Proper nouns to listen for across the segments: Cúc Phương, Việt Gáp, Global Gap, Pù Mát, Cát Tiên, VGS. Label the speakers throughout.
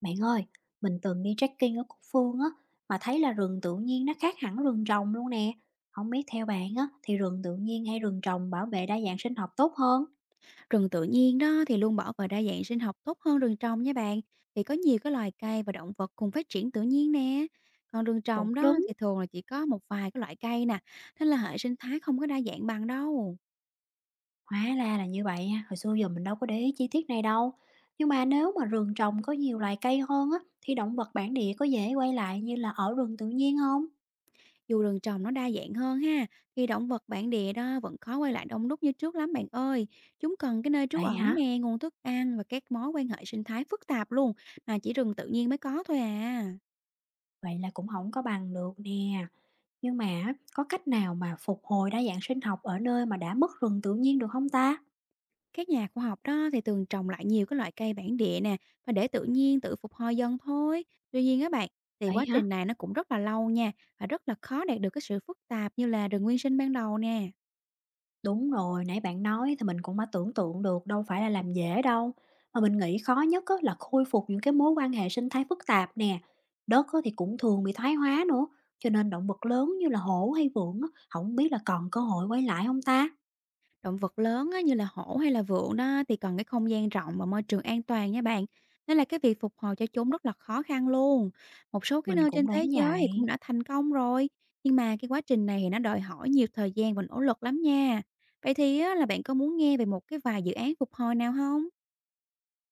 Speaker 1: Bạn ơi, mình từng đi trekking ở Cúc Phương á, mà thấy là rừng tự nhiên nó khác hẳn rừng trồng luôn nè. Không biết theo bạn á, thì rừng tự nhiên hay rừng trồng bảo vệ đa dạng sinh học tốt hơn?
Speaker 2: Rừng tự nhiên đó thì luôn bảo vệ đa dạng sinh học tốt hơn rừng trồng nha bạn. Vì có nhiều cái loài cây và động vật cùng phát triển tự nhiên nè. Còn rừng
Speaker 1: Cũng
Speaker 2: trồng đó
Speaker 1: đúng.
Speaker 2: thì thường là chỉ có một vài cái loại cây nè, nên là hệ sinh thái không có đa dạng bằng đâu.
Speaker 1: Hóa ra là như vậy ha, hồi xưa giờ mình đâu có để ý chi tiết này đâu. Nhưng mà nếu mà rừng trồng có nhiều loài cây hơn á, thì động vật bản địa có dễ quay lại như là ở rừng tự nhiên không?
Speaker 2: Dù rừng trồng nó đa dạng hơn ha, thì động vật bản địa đó vẫn khó quay lại đông đúc như trước lắm bạn ơi. Chúng cần cái nơi trú
Speaker 1: Vậy
Speaker 2: ẩn
Speaker 1: hả?
Speaker 2: nè, nguồn thức ăn và các mối quan hệ sinh thái phức tạp luôn, mà chỉ rừng tự nhiên mới có thôi à.
Speaker 1: Vậy là cũng không có bằng được nè. Nhưng mà á, có cách nào mà phục hồi đa dạng sinh học ở nơi mà đã mất rừng tự nhiên được không ta?
Speaker 2: Các nhà khoa học đó thì thường trồng lại nhiều cái loại cây bản địa nè và để tự nhiên tự phục hồi dần thôi. Tuy nhiên các bạn thì
Speaker 1: Vậy
Speaker 2: quá
Speaker 1: hả?
Speaker 2: trình này nó cũng rất là lâu nha, và rất là khó đạt được cái sự phức tạp như là rừng nguyên sinh ban đầu nè.
Speaker 1: Đúng rồi, nãy bạn nói thì mình cũng đã tưởng tượng được đâu phải là làm dễ đâu. Mà mình nghĩ khó nhất á, là khôi phục những cái mối quan hệ sinh thái phức tạp nè. Đất á, thì cũng thường bị thoái hóa nữa, cho nên động vật lớn như là hổ hay vượn á, không biết là còn cơ hội quay lại không ta?
Speaker 2: Động vật lớn á, như là hổ hay là vượn đó thì cần cái không gian rộng và môi trường an toàn nha bạn. Nên là cái việc phục hồi cho chúng rất là khó khăn luôn. Một số cái
Speaker 1: Mình
Speaker 2: nơi trên
Speaker 1: cũng đoán
Speaker 2: thế giới thì cũng
Speaker 1: vậy.
Speaker 2: đã thành công rồi. Nhưng mà cái quá trình này thì nó đòi hỏi nhiều thời gian và nỗ lực lắm nha. Vậy thì á, là bạn có muốn nghe về một cái vài dự án phục hồi nào không?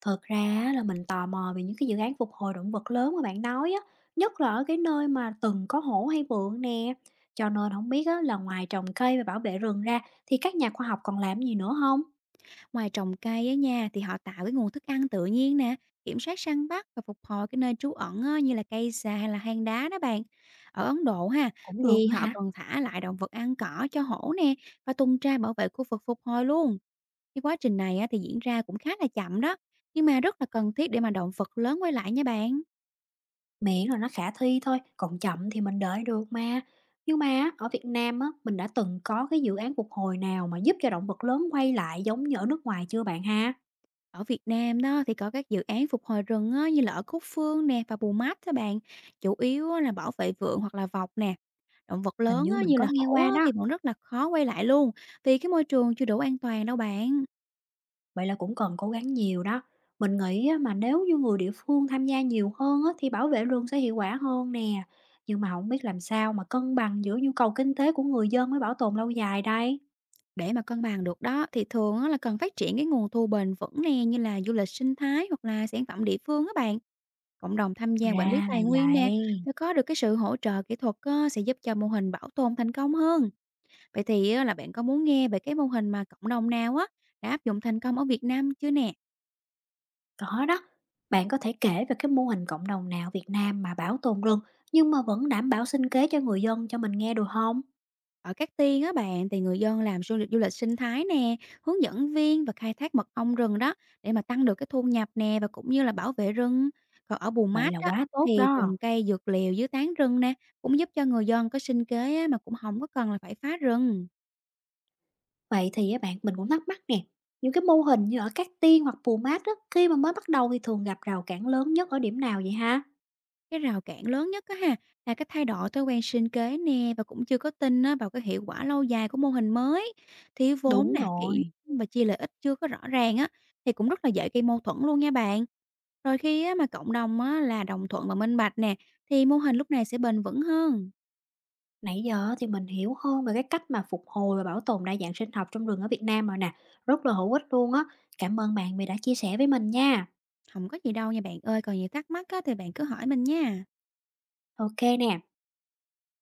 Speaker 1: Thật ra á, là mình tò mò về những cái dự án phục hồi động vật lớn mà bạn nói á, nhất là ở cái nơi mà từng có hổ hay vượn nè. Cho nên không biết á, là ngoài trồng cây và bảo vệ rừng ra thì các nhà khoa học còn làm gì nữa không?
Speaker 2: Ngoài trồng cây á nha, thì họ tạo cái nguồn thức ăn tự nhiên nè, kiểm soát săn bắt và phục hồi cái nơi trú ẩn á, như là cây xà hay là hang đá đó bạn. Ở Ấn Độ ha,
Speaker 1: Cũng được
Speaker 2: thì
Speaker 1: nữa
Speaker 2: họ
Speaker 1: hả?
Speaker 2: còn thả lại động vật ăn cỏ cho hổ nè và tuần tra bảo vệ khu vực phục hồi luôn. Cái quá trình này á, thì diễn ra cũng khá là chậm đó, nhưng mà rất là cần thiết để mà động vật lớn quay lại nha bạn.
Speaker 1: Miễn là nó khả thi thôi, còn chậm thì mình đợi được mà. Nhưng mà á, ở Việt Nam á, mình đã từng có cái dự án phục hồi nào mà giúp cho động vật lớn quay lại giống như ở nước ngoài chưa bạn ha?
Speaker 2: Ở Việt Nam đó thì có các dự án phục hồi rừng á, như là ở Cúc Phương nè và Bù Mát các bạn, chủ yếu á là bảo vệ vượn hoặc là vọc nè. Động vật
Speaker 1: Hình
Speaker 2: lớn
Speaker 1: như
Speaker 2: á,
Speaker 1: mình
Speaker 2: như
Speaker 1: có
Speaker 2: là
Speaker 1: nghe
Speaker 2: hổ á,
Speaker 1: qua đó,
Speaker 2: thì vẫn rất là khó quay lại luôn, vì cái môi trường chưa đủ an toàn đâu bạn.
Speaker 1: vậy là cũng cần cố gắng nhiều đó. Mình nghĩ á, mà nếu như người địa phương tham gia nhiều hơn á, thì bảo vệ rừng sẽ hiệu quả hơn nè. Nhưng mà không biết làm sao mà cân bằng giữa nhu cầu kinh tế của người dân với bảo tồn lâu dài đây.
Speaker 2: Để mà cân bằng được đó thì thường á, là cần phát triển cái nguồn thu bền vững nè, như là du lịch sinh thái hoặc là sản phẩm địa phương các bạn. Cộng đồng tham gia quản lý
Speaker 1: Ra là
Speaker 2: tài nguyên nè,
Speaker 1: vậy.
Speaker 2: để có được cái sự hỗ trợ kỹ thuật á, sẽ giúp cho mô hình bảo tồn thành công hơn. Vậy thì á, là bạn có muốn nghe về cái mô hình mà cộng đồng nào á đã áp dụng thành công ở Việt Nam chưa nè?
Speaker 1: Có đó, bạn có thể kể về cái mô hình cộng đồng nào Việt Nam mà bảo tồn rừng nhưng mà vẫn đảm bảo sinh kế cho người dân cho mình nghe được không?
Speaker 2: Ở Cát Tiên á bạn, thì người dân làm du lịch sinh thái nè, hướng dẫn viên và khai thác mật ong rừng đó để mà tăng được cái thu nhập nè và cũng như là bảo vệ rừng. Còn ở Bù
Speaker 1: Vậy
Speaker 2: Mát
Speaker 1: là
Speaker 2: á,
Speaker 1: quá tốt
Speaker 2: thì
Speaker 1: đó.
Speaker 2: trồng cây dược liệu dưới tán rừng nè, cũng giúp cho người dân có sinh kế á, mà cũng không có cần là phải phá rừng.
Speaker 1: Vậy thì á bạn mình cũng thắc mắc nè, những cái mô hình như ở Cát Tiên hoặc Pù Mát đó, khi mà mới bắt đầu thì thường gặp rào cản lớn nhất ở điểm nào vậy ha?
Speaker 2: Cái rào cản lớn nhất á ha, là cái thay đổi thói quen sinh kế nè và cũng chưa có tin á vào cái hiệu quả lâu dài của mô hình mới. Thiếu vốn
Speaker 1: Đúng
Speaker 2: nè, kỹ
Speaker 1: rồi.
Speaker 2: năng và chia lợi ích chưa có rõ ràng á, thì cũng rất là dễ gây mâu thuẫn luôn nha bạn. Rồi khi á mà cộng đồng á là đồng thuận và minh bạch nè, thì mô hình lúc này sẽ bền vững hơn.
Speaker 1: Nãy giờ thì mình hiểu hơn về cái cách mà phục hồi và bảo tồn đa dạng sinh học trong rừng ở Việt Nam rồi nè. Rất là hữu ích luôn á. Cảm ơn bạn vì đã chia sẻ với mình nha.
Speaker 2: Không có gì đâu nha bạn ơi, còn gì thắc mắc á thì bạn cứ hỏi mình nha.
Speaker 1: Ok nè.